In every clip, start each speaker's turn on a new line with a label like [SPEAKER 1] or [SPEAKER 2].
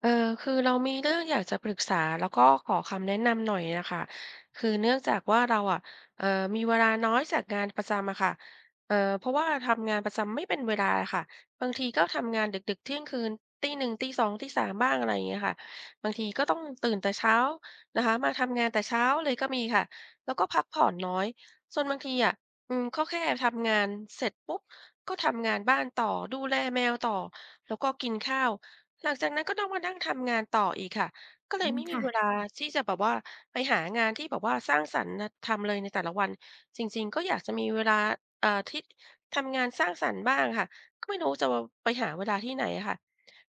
[SPEAKER 1] เออคือเรามีเรื่องอยากจะปรึกษาแล้วก็ขอคำแนะนำหน่อยนะคะคือเนื่องจากว่าเราอ่ะเออมีเวลาน้อยจากงานประจำอะค่ะเพราะว่าทำงานประจำไม่เป็นเวลาค่ะบางทีก็ทำงานดึกๆเที่ยงคืนตีหนึ่งตีสองตีสามบ้างอะไรอย่างเงี้ยค่ะบางทีก็ต้องตื่นแต่เช้านะคะมาทำงานแต่เช้าเลยก็มีค่ะแล้วก็พักผ่อนน้อยส่วนบางทีอ่ะก็แค่ทำงานเสร็จปุ๊บก็ทำงานบ้านต่อดูแลแมวต่อแล้วก็กินข้าว หลังจากนั้นก็ต้องมานั่งทำงานต่ออีกค่ะก็เล
[SPEAKER 2] อื
[SPEAKER 1] ย
[SPEAKER 2] ม
[SPEAKER 1] ไม่มี
[SPEAKER 2] ค่ะ
[SPEAKER 1] เวลาที่จะแบบว่าไปหางานที่แบบว่าสร้างสรรค์นะทำเลยในแต่ละวันจริงๆก็อยากจะมีเวลาที่ทำงานสร้างสรรค์บ้างค่ะก็ไม่รู้จะไปหาเวลาที่ไหนอะค่ะ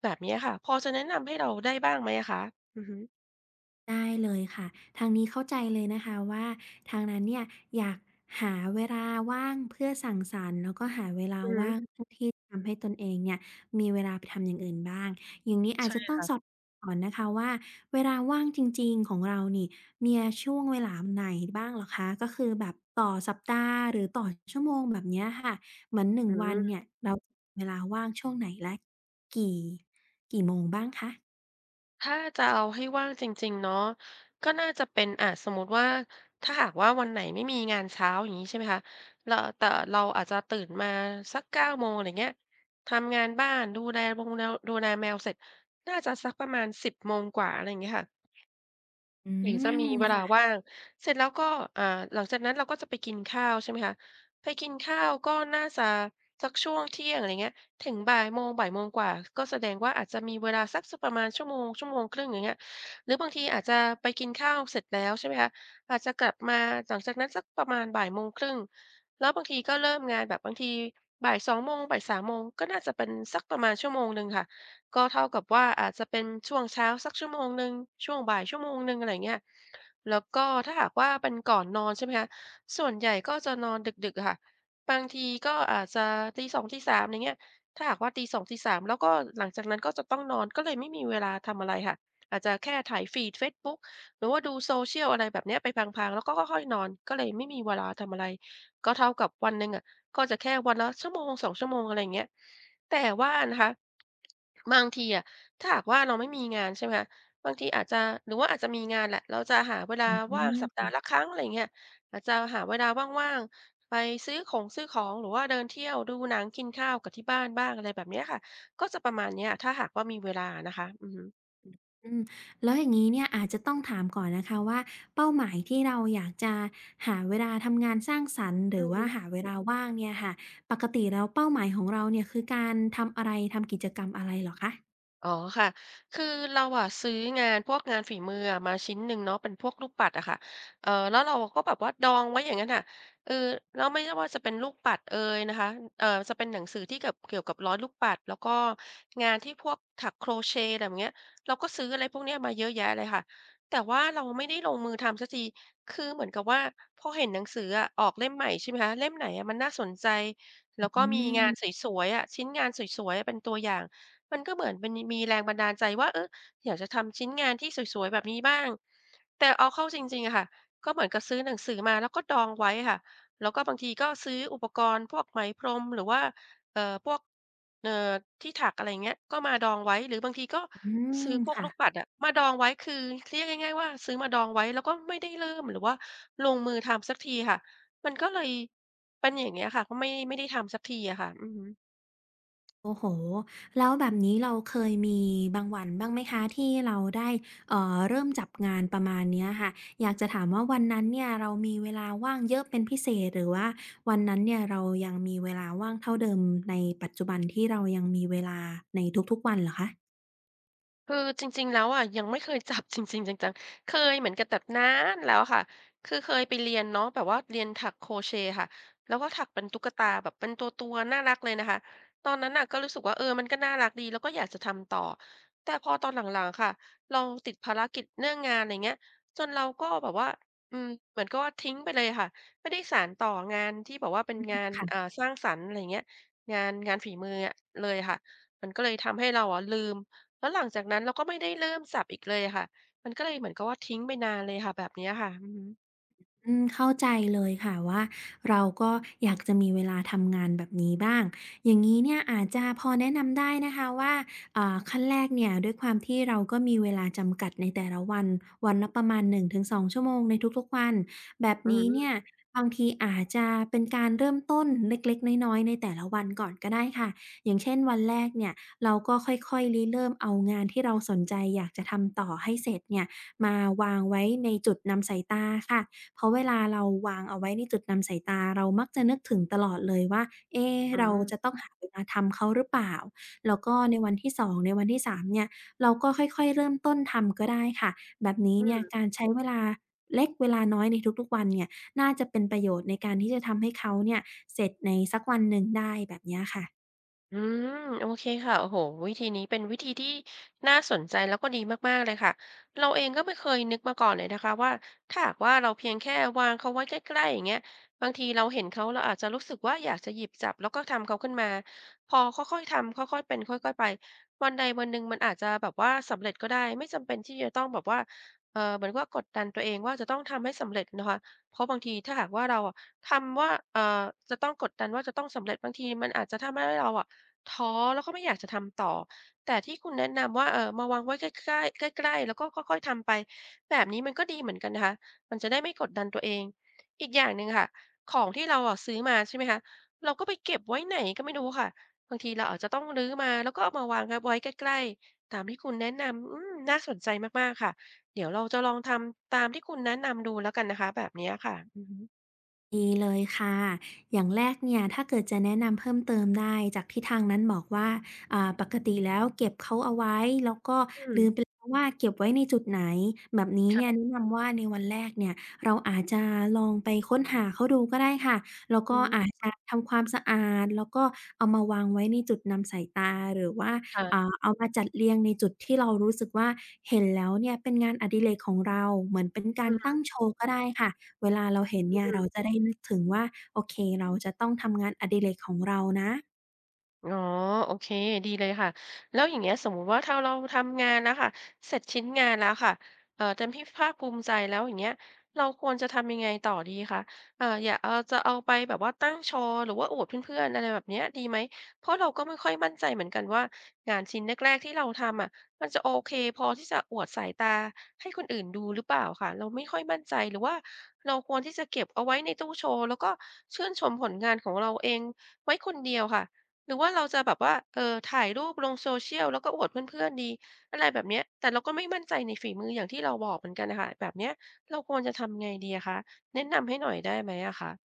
[SPEAKER 1] แบบนี้ค่ะพอจะแนะนำให้เราได้บ้างไหมอะคะอือฮึ
[SPEAKER 2] ได้เลยค่ะทางนี้เข้าใจเลยนะคะว่าทางนั้นเนี่ยอยากหาเวลาว่างเพื่อสังสรรค์แล้วก็หาเวลา
[SPEAKER 1] อือฮึ
[SPEAKER 2] ว่างเพื่อที่ทำให้ตนเองเนี่ยมีเวลาไปทำอย่างอื่นบ้างอย่างนี้อาจจะ
[SPEAKER 1] ใช่
[SPEAKER 2] ต้องสอบก่อนนะคะว่าเวลาว่างจริงๆของเรานี่มีช่วงเวลาไหนบ้างเหรอคะก็คือแบบต่อสัปดาห์หรือต่อชั่วโมงแบบเนี้ยค่ะเหมือนหนึ่ง
[SPEAKER 1] อื
[SPEAKER 2] วัน
[SPEAKER 1] ม
[SPEAKER 2] เนี่ยเราเวลาว่างช่วงไหนและกี่กี่โมงบ้างคะ
[SPEAKER 1] ถ้าจะเอาให้ว่างจริงๆเนาะก็น่าจะเป็นสมมุติว่าถ้าหากว่าวันไหนไม่มีงานเช้าอย่างงี้ใช่ไหมคะเราแต่เราอาจจะตื่นมาสัก9โมงอะไรเงี้ยทำงานบ้านดูแลมงแนวดูแลแมวเสร็จน่าจะสักประมาณ10โมงกว่าอะไรอย่างเงี้ยค่ะ
[SPEAKER 2] อื
[SPEAKER 1] หญิงจะ
[SPEAKER 2] ม
[SPEAKER 1] มีเวลา
[SPEAKER 2] ค่ะ
[SPEAKER 1] ว่างเสร็จแล้วก็อ่าหลังจากนั้นเราก็จะไปกินข้าวใช่ไหมคะไปกินข้าวก็น่าจะสักช่วงเที่ยงอะไรเงี้ยถึงบ่ายโมงบ่ายโมงกว่าก็แสดงว่าอาจจะมีเวลาสักประมาณชั่วโมงชั่วโมงครึ่งอย่างเงี้ยหรือบางทีอาจจะไปกินข้าวเสร็จแล้วใช่ไหมคะอาจจะกลับมาหลังจากนั้นสักประมาณบ่ายโมงครึ่งแล้วบางทีก็เริ่มงานแบบบางทีบ่ายสองโมงบ่ายสามโมงก็น่าจะเป็นสักประมาณชั่วโมงหนึ่งค่ะ ก็เท่ากับว่าอาจจะเป็นช่วงเช้าสักชั่วโมงหนึ่งช่วงบ่ายชั่วโมงหนึ่งอะไร่เงี้ยแล้วก็ถ้าหากว่าเป็นก่อนนอนใช่ไหมคะส่วนใหญ่ก็จะนอนดึกๆอะค่ะบางทีก็อาจจะตีสองตีสามอย่างเงี้ยถ้าหากว่าตีสองตีสามแล้วก็หลังจากนั้นก็จะต้องนอนก็เลยไม่มีเวลาทำอะไรค่ะอาจจะแค่ไถฟีดเฟซบุ๊กหรือว่าดู social อะไรแบบเนี้ยไปพลางๆแล้วก็ค่อยๆนอนก็เลยไม่มีเวลาทำอะไรก็เท่ากับวันหนึ่งอะก็จะแค่วันละชั่วโมงสองชั่วโมงอะไรอย่างเงี้ย แต่ว่านะคะบางทีอะถ้าหากว่าเราไม่มีงานใช่ไหมคะบางทีอาจจะหรือว่าอาจจะมีงานแหละเราจะหาเวลา
[SPEAKER 2] อื
[SPEAKER 1] ว่างสัปดา
[SPEAKER 2] ม
[SPEAKER 1] ห์ละครั้งอะไราเงี้ยอาจจะหาเวลาว่างๆไปซื้อของซื้อของหรือว่าเดินเที่ยวดูหนังกินข้าวกับที่บ้านบ้างอะไรแบบเนี้ยค่ะก็จะประมาณเนี้ยถ้าหากว่ามีเวลานะคะอือฮึ
[SPEAKER 2] อืมแล้วอย่างนี้เนี่ยอาจจะต้องถามก่อนนะคะว่าเป้าหมายที่เราอยากจะหาเวลาทำงานสร้างสรรค์หรื
[SPEAKER 1] อื
[SPEAKER 2] อ
[SPEAKER 1] อ
[SPEAKER 2] ว่า
[SPEAKER 1] ฮึ
[SPEAKER 2] หาเวลาว่างเนี่ยค่ะปกติแล้วเป้าหมายของเราเนี่ยคือการทำอะไรทำกิจกรรมอะไรเหรอคะ
[SPEAKER 1] อ๋อค่ะคือเราอะซื้องานพวกงานฝีมืออะมาชิ้นหนึ่งเนาะเป็นพวกลูกปัดอะค่ะแล้วเราก็แบบว่าดองไว้อย่างนั้นอะเออแล้วไม่ว่าจะเป็นลูกปัดเอยนะคะจะเป็นหนังสือที่เกี่ยวกับร้อยลูกปัดแล้วก็งานที่พวกถักโครเชต์อะไรแบบเนี้ยเราก็ซื้ออะไรพวกเนี้ยมาเยอะแยะเลยค่ะแต่ว่าเราไม่ได้ลงมือทำสักทีคือเหมือนกับว่าพอเห็นหนังสืออะออกเล่มใหม่ใช่ไหมคะเล่มไหนอะมันน่าสนใจแล้ว
[SPEAKER 2] อื
[SPEAKER 1] ก็มีงานส
[SPEAKER 2] ม
[SPEAKER 1] วยๆอะชิ้นงานสวยๆอะเป็นตัวอย่าง มันก็เหมือนมันมีแรงบันดาลใจว่าเอออยากจะทำชิ้นงานที่สวยๆแบบนี้บ้างแต่เอาเข้าจริงๆอะค่ะก็เหมือนกับซื้อหนังสือมาแล้วก็ดองไว้ค่ะแล้วก็บางทีก็ซื้ออุปกรณ์พวกไหมพรมหรือว่าพวกเอ่อที่ถักอะไรอย่างเงี้ยก็มาดองไว้หรือบางทีก็
[SPEAKER 2] อืม
[SPEAKER 1] ซื้อพวก
[SPEAKER 2] ค่ะ
[SPEAKER 1] ลูกปัดอะมาดองไว้คือเรียกง่ายๆว่าซื้อมาดองไว้แล้วก็ไม่ได้เริ่มหรือว่าลงมือทำสักทีค่ะมันก็เลยเป็นอย่างเงี้ยค่ะก็ไม่ได้ทำสักทีอะค่ะอือฮึ
[SPEAKER 2] โอ้โฮแล้วแบบนี้เราเคยมีบางวันบ้างไหมคะที่เราได้เริ่มจับงานประมาณเนี้ยค่ะ อยากจะถามว่าวันนั้นเนี่ยเรามีเวลาว่างเยอะเป็นพิเศษหรือว่าวันนั้นเนี่ยเรายังมีเวลาว่างเท่าเดิมในปัจจุบันที่เรายังมีเวลาในทุกๆวันเหรอคะ
[SPEAKER 1] คือจริงๆแล้วอะยังไม่เคยจับ จริงๆจังๆเคยเหมือนกับแบบนานแล้วค่ะคือเคยไปเรียนเนาะแบบว่าเรียนถักโครเชต์ค่ะแล้วก็ถักเป็นตุ๊กตาแบบเป็นตัวๆน่ารักเลยนะคะตอนนั้นน่ะก็รู้สึกว่าเออมันก็น่ารักดีแล้วก็อยากจะทำต่อแต่พอตอนหลังๆค่ะเราติดภารกิจเรื่องงานอะไรเงี้ยจนเราก็แบบว่าอืมเหมือนกับว่าทิ้งไปเลยค่ะไม่ได้สานต่องานที่แบบว่าเป็นงาน
[SPEAKER 2] ค่ะ
[SPEAKER 1] สร้างสรรค์อะไรเงี้ยงานฝีมืออะเลยค่ะมันก็เลยทำให้เราอะลืม แล้วหลังจากนั้นเราก็ไม่ได้เริ่มสับอีกเลยอะค่ะ มันก็เลยเหมือนกับว่าทิ้งไปนานเลยค่ะแบบเนี้ยค่ะอือฮึ
[SPEAKER 2] อืมเข้าใจเลยค่ะว่าเราก็อยากจะมีเวลาทำงานแบบนี้บ้าง อย่างงี้เนี่ยอาจจะพอแนะนำได้นะคะว่าขั้นแรกเนี่ยด้วยความที่เราก็มีเวลาจำกัดในแต่ละวันวันละประมาณ1-2ชั่วโมงในทุกๆวันแบบ
[SPEAKER 1] อื
[SPEAKER 2] นี้เนี่
[SPEAKER 1] ม
[SPEAKER 2] ยบางทีอาจจะเป็นการเริ่มต้นเล็กๆน้อยๆในแต่ละวันก่อนก็ได้ค่ะอย่างเช่นวันแรกเนี่ยเราก็ค่อยๆริเริ่มเอางานที่เราสนใจอยากจะทำต่อให้เสร็จเนี่ยมาวางไว้ในจุดนำสายตาค่ะ เพราะเวลาเราวางเอาไว้ในจุดนำสายตาเรามักจะนึกถึงตลอดเลยว่าเอ๊
[SPEAKER 1] อื
[SPEAKER 2] เรา
[SPEAKER 1] ม
[SPEAKER 2] จะต้องหาเวลาทำเขาหรือเปล่าแล้วก็ในวันที่2ในวันที่3เนี่ยเราก็ค่อยๆเริ่มต้นทำก็ได้ค่ะแบบนี้
[SPEAKER 1] อื
[SPEAKER 2] เนี่ย
[SPEAKER 1] ม
[SPEAKER 2] การใช้เวลาเล็กเวลาน้อยในทุกๆวันเนี่ยน่าจะเป็นประโยชน์ในการที่จะทำให้เขาเนี่ยเสร็จในสักวันหนึ่งได้แบบเนี้ยค่ะ
[SPEAKER 1] อืมโอเคค่ะโอ้โหวิธีนี้เป็นวิธีที่น่าสนใจแล้วก็ดีมากๆเลยค่ะเราเองก็ไม่เคยนึกมาก่อนเลยนะคะว่าถ้าหากว่าเราเพียงแค่วางเขาไว้ใกล้ๆอย่างเงี้ยบางทีเราเห็นเขาเราอาจจะรู้สึกว่าอยากจะหยิบจับแล้วก็ทำเขาขึ้นมาพอค่อยๆทำค่อยๆเป็นค่อยๆไปวันใดวันหนึ่งมันอาจจะแบบว่าสำเร็จก็ได้ไม่จำเป็นที่จะต้องแบบว่าเออเหมือนว่ากดดันตัวเองว่าจะต้องทำให้สำเร็จนะคะเพราะบางทีถ้าหากว่าเราอะทำว่าเออจะต้องกดดันว่าจะต้องสำเร็จบางทีมันอาจจะทำให้เราอะ ท้อแล้วก็ไม่อยากจะทำต่อแต่ที่คุณแนะนำว่ามาวางไว้ใกล้ๆใกล้ๆแล้วก็ค่อยๆทำไปแบบนี้มันก็ดีเหมือนกันนะคะมันจะได้ไม่กดดันตัวเองอีกอย่างหนึ่งค่ะของที่เราอะซื้อมาใช่ไหมคะเราก็ไปเก็บไว้ไหนก็ไม่รู้ค่ะบางทีเราอาจจะต้องรื้อมาแล้วก็เอามาวางไว้ใกล้ๆตามที่คุณแนะนำอืมน่าสนใจมากๆค่ะเดี๋ยวเราจะลองทำตามที่คุณแนะนำดูแล้วกันนะคะแบบเนี้ยค่ะอือฮึ
[SPEAKER 2] ดีเลยค่ะอย่างแรกเนี่ย ถ้าเกิดจะแนะนำเพิ่มเติมได้จากที่ทางนั้นบอกว่าปกติแล้วเก็บเขาเอาไว้ แล้วก็
[SPEAKER 1] อื
[SPEAKER 2] ลืมไป
[SPEAKER 1] ม
[SPEAKER 2] แล้วว่าเก็บไว้ในจุดไหนแบบนี้เนี่ย
[SPEAKER 1] ค่ะ
[SPEAKER 2] แนะนำว่าในวันแรกเนี่ยเราอาจจะลองไปค้นหาเขาดูก็ได้ค่ะ แล้ว
[SPEAKER 1] อื
[SPEAKER 2] ก็
[SPEAKER 1] อฮึ
[SPEAKER 2] อาจจะทำความสะอาด แล้วก็เอามาวางไว้ในจุดนำสายตา หรือว่า
[SPEAKER 1] ค่ะ
[SPEAKER 2] เอามาจัดเรียงในจุดที่เรารู้สึกว่าเห็นแล้วเนี่ยเป็นงานอดิเรกของเราเหมือนเป็นกา
[SPEAKER 1] อื
[SPEAKER 2] รตั้
[SPEAKER 1] อ
[SPEAKER 2] งโชว์ก็ได้ค่ะ เวลาเราเห็นเนี่ย
[SPEAKER 1] ฮึ
[SPEAKER 2] เราจะได้นึกถึงว่าโอเคเราจะต้องทำงานอดิเรกของเรานะ
[SPEAKER 1] อ๋อโอเคดีเลยค่ะแล้วอย่างเงี้ยสมมุติว่าถ้าเราทำงานแล้วค่ะเสร็จชิ้นงานแล้วค่ะเต็มที่ภาคภูมิใจแล้วอย่างเงี้ยเราควรจะทำยังไงต่อดีคะอย่าเอาจะเอาไปแบบว่าตั้งโชว์หรือว่าอวดเพื่อนๆอะไรแบบเนี้ยดีไหมเพราะเราก็ไม่ค่อยมั่นใจเหมือนกันว่างานชิ้นแรกๆที่เราทำอะมันจะโอเคพอที่จะอวดสายตาให้คนอื่นดูหรือเปล่าค่ะเราไม่ค่อยมั่นใจหรือว่าเราควรที่จะเก็บเอาไว้ในตู้โชว์แล้วก็ชื่นชมผลงานของเราเองไว้คนเดียวค่ะ หรือว่าเราจะแบบว่าเออถ่ายรูปลง social แล้วก็อวดเพื่อนๆดีอะไรแบบเนี้ยแต่เราก็ไม่มั่นใจในฝีมืออย่างที่เราบอกเหมือนกันน่ะค่ะแบบเนี้ยเราควรจะทำไงดีอะคะแนะนำให้หน่อยได้ไหมอะคะ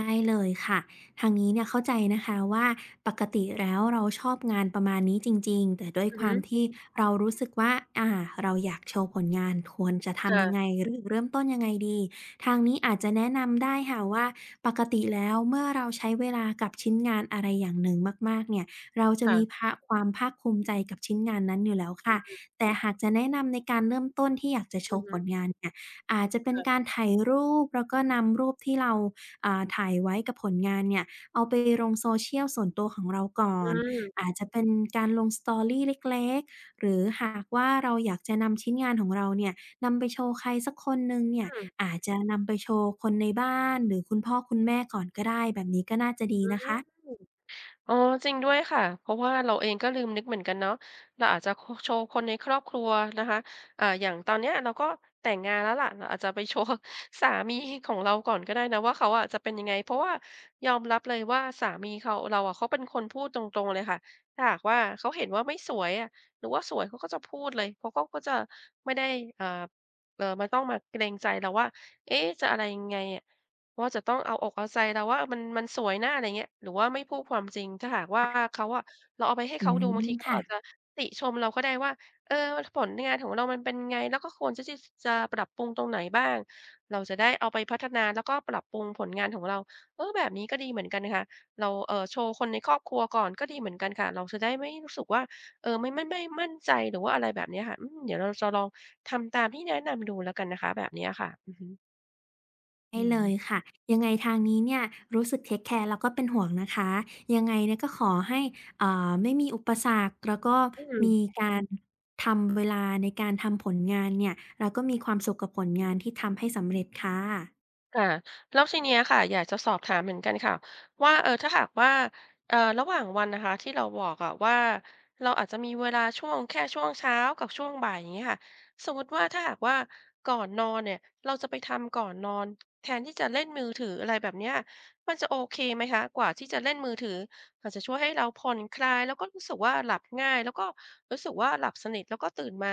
[SPEAKER 2] ได้เลยค่ะทางนี้เนี่ยเข้าใจนะคะว่าปกติแล้วเราชอบงานประมาณนี้จริงๆแต่ด้วย
[SPEAKER 1] อื
[SPEAKER 2] ค
[SPEAKER 1] อ
[SPEAKER 2] วา
[SPEAKER 1] ฮึ
[SPEAKER 2] มที่เรารู้สึกว่าอ่าเราอยากโชว์ผลงานควรจะทำยังไง
[SPEAKER 1] ค่ะ
[SPEAKER 2] หรือเริ่มต้นยังไงดีทางนี้อาจจะแนะนำได้ค่ะว่าปกติแล้วเมื่อเราใช้เวลากับชิ้นงานอะไรอย่างหนึ่งมากๆเนี่ยเราจะมี
[SPEAKER 1] ค่ะ
[SPEAKER 2] ความภาคภูมิใจกับชิ้นงานนั้นอยู่แล้วค่ะแต่หากจะแนะนำในการเริ่มต้นที่อยากจะโช
[SPEAKER 1] อือ
[SPEAKER 2] ว์ผ
[SPEAKER 1] ฮึ
[SPEAKER 2] ลงานเนี่ยอาจจะเป็นกา
[SPEAKER 1] ค่ะ
[SPEAKER 2] รถ่ายรูปแล้วก็นำรูปที่เรา ถ่ายไว้กับผลงานเนี่ยเอาไปลงโซเชียลส่วนตัวของเราก่อ
[SPEAKER 1] อื
[SPEAKER 2] น
[SPEAKER 1] ม
[SPEAKER 2] อาจจะเป็นการลงสตอรี่เล็กๆหรือหากว่าเราอยากจะนำชิ้นงานของเราเนี่ยนำไปโชว์ใครสักคนหนึ่งเนี่ย
[SPEAKER 1] อืม
[SPEAKER 2] อาจจะนำไปโชว์คนในบ้านหรือคุณพ่อคุณแม่ก่อนก็ได้แบบนี้ก็น่าจะดี
[SPEAKER 1] อื
[SPEAKER 2] นะ
[SPEAKER 1] ม
[SPEAKER 2] คะ
[SPEAKER 1] อ๋อจริงด้วยค่ะเพราะว่าเราเองก็ลืมนึกเหมือนกันเนาะเราอาจจะโคโชว์คนในครอบครัวนะคะอย่างตอนเนี้ยเราก็แต่งงานแล้วล่ะเราอาจจะไปโชว์สามีของเราก่อนก็ได้นะว่าเขาอะจะเป็นยังไงเพราะว่ายอมรับเลยว่าสามีเขาเราอะเขาเป็นคนพูดตรงๆเลยค่ะถ้าหากว่าเขาเห็นว่าไม่สวยอะหรือว่าสวยเขาก็จะพูดเลยเพราะเขาก็จะไม่ได้อ่ามาต้องมาเกรงใจเราว่าเอ๊ะจะอะไรยังไงอะ ว่าจะต้องเอาอกเอาใจเราว่ามันมันสวยนะอะไรเงี้ยหรือว่าไม่พูดความจริงถ้าหากว่าเขาอะเราเอาไปให้
[SPEAKER 2] อื
[SPEAKER 1] เขาดูบางที
[SPEAKER 2] ม
[SPEAKER 1] เขา
[SPEAKER 2] ค่ะ
[SPEAKER 1] อาจจะติชมเราก็ได้ว่าเออผลงานของเรามันเป็นไงแล้วก็ควรจะที่จะปรับปรุงตรงไหนบ้างเราจะได้เอาไปพัฒนาแล้วก็ปรับปรุงผลงานของเราเออแบบนี้ก็ดีเหมือนกันนะคะเราโชว์คนในครอบครัวก่อนก็ดีเหมือนกันค่ะเราจะได้ไม่รู้สึกว่าเออไม่มั่นใจหรือว่าอะไรแบบเนี้ยค่ะอืมเดี๋ยวเราจะลองทำตามที่แนะนำดูแล้วกันนะคะแบบเนี้ยค่ะอือฮึ
[SPEAKER 2] ได้
[SPEAKER 1] อื
[SPEAKER 2] เล
[SPEAKER 1] ม
[SPEAKER 2] ยค่ะยังไงทางนี้เนี่ยรู้สึกเทคแคร์แล้วก็เป็นห่วงนะคะยังไงเนี่ยก็ขอให้เอ่าไม่มีอุปสรรคแล้วก็
[SPEAKER 1] อื
[SPEAKER 2] มี
[SPEAKER 1] ม
[SPEAKER 2] การทำเวลาในการทำผลงานเนี่ยแล้วก็มีความสุขกับผลงานที่ทำให้สำเร็จค่ะ
[SPEAKER 1] ค่ะแล้วทีเนี้ยค่ะอยากจะสอบถามเหมือนกันค่ะว่าเออถ้าหากว่าระหว่างวันนะคะที่เราบอกอะว่าเราอาจจะมีเวลาช่วงแค่ช่วงเช้ากับช่วงบ่ายอย่างเงี้ยค่ะสมมุติว่าถ้าหากว่าก่อนนอนเนี่ยเราจะไปทำก่อนนอนแทนที่จะเล่นมือถืออะไรแบบเนี้ยมันจะโอเคไหมคะกว่าที่จะเล่นมือถืออาจจะช่วยให้เราผ่อนคลายแล้วก็รู้สึกว่าหลับง่ายแล้วก็รู้สึกว่าหลับสนิทแล้วก็ตื่นมา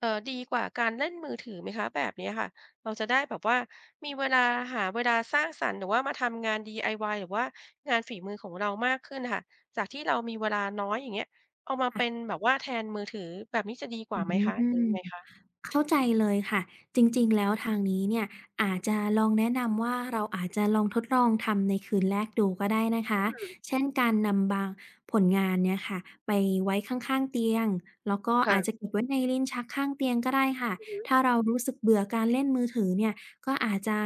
[SPEAKER 1] ดีกว่าการเล่นมือถือไหมคะแบบเนี้ยค่ะ เราจะได้แบบว่ามีเวลาหาเวลาสร้างสรรค์หรือว่ามาทำงาน DIY หรือว่างานฝีมือของเรามากขึ้นค่ะจากที่เรามีเวลาน้อยอย่างเงี้ยเอามาเป็น
[SPEAKER 2] ค่ะ
[SPEAKER 1] แบบว่าแทนมือถือแบบนี้จะดีก
[SPEAKER 2] อื
[SPEAKER 1] ว่าไหมคะหรือ
[SPEAKER 2] ม
[SPEAKER 1] ยังไงคะ
[SPEAKER 2] เข้าใจเลยค่ะจริงๆแล้วทางนี้เนี่ยอาจจะลองแนะนำว่าเราอาจจะลองทดลองทำในคืนแรกดูก็ได้นะคะเช่นการนำบางผลงานเนี่ยค่ะไปไว้ข้างๆเตียงแล้วก็อาจจะ
[SPEAKER 1] ค่ะ
[SPEAKER 2] เก็บไว้ในลิ้นชักข้างเตียงก็ได้ค่ะ
[SPEAKER 1] อือฮึ
[SPEAKER 2] ถ้าเรารู้สึกเบื่อการเล่นมือถือเนี่ยก็อาจจะ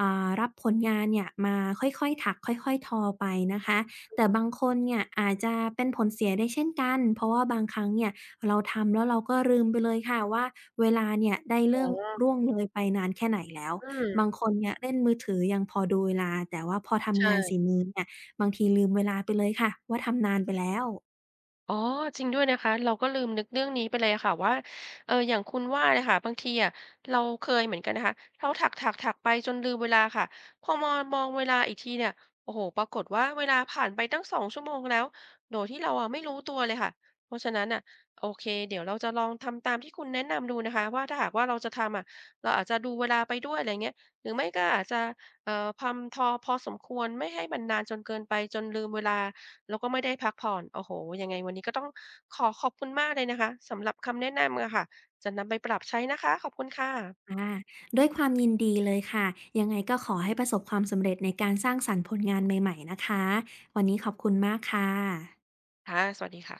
[SPEAKER 2] รับผลงานเนี่ยมาค่อยๆถักค่อยๆทอไปนะคะแต่บางคนเนี่ยอาจจะเป็นผลเสียได้เช่นกันเพราะว่าบางครั้งเนี่ย เราทำแล้วเราก็ลืมไปเลยค่ะว่าเวลาเนี่ยได้
[SPEAKER 1] อ๋
[SPEAKER 2] เรื่อง
[SPEAKER 1] อ
[SPEAKER 2] ร่วงเลยไปนานแค่ไหนแล้ว
[SPEAKER 1] อืม
[SPEAKER 2] บางคนเนี่ยเล่นมือถือยังพอดูเวลาแต่ว่าพอทำงานฝี
[SPEAKER 1] ใช่
[SPEAKER 2] มือเนี่ยบางทีลืมเวลาไปเลยค่ะว่าทำนานไปแล้ว
[SPEAKER 1] อ๋อจริงด้วยนะคะเราก็ลืมนึกเรื่องนี้ไปเลยอะค่ะว่าเอออย่างคุณว่าเนี่ยค่ะบางทีอะเราเคยเหมือนกันนะคะเราถักถักไปจนลืมเวลาค่ะพอมองเวลาอีกทีเนี่ยโอ้โหปรากฏว่าเวลาผ่านไปตั้ง2 ชั่วโมงแล้วโดยที่เราอะไม่รู้ตัวเลยค่ะเพราะฉะนั้นอ่ะโอเคเดี๋ยวเราจะลองทำตามที่คุณแนะนำดูนะคะว่าถ้าหากว่าเราจะทำอะเราอาจจะดูเวลาไปด้วยอะไรเงี้ยหรือไม่ก็อาจจะพำทอพอสมควรไม่ให้มันนานจนเกินไปจนลืมเวลา แล้วก็ไม่ได้พักผ่อนโอ้โฮยังไงวันนี้ก็ต้องขอบคุณมากเลยนะคะสำหรับคำแนะนำอะค่ะจะนำไปปรับใช้นะคะขอบคุณค่ะ
[SPEAKER 2] อาด้วยความยินดีเลยค่ะยังไงก็ขอให้ประสบความสำเร็จในการสร้างสรรค์ผลงานใหม่ๆนะคะวันนี้ขอบคุณมากค่ะ
[SPEAKER 1] ค่ะสวัสดีค่ะ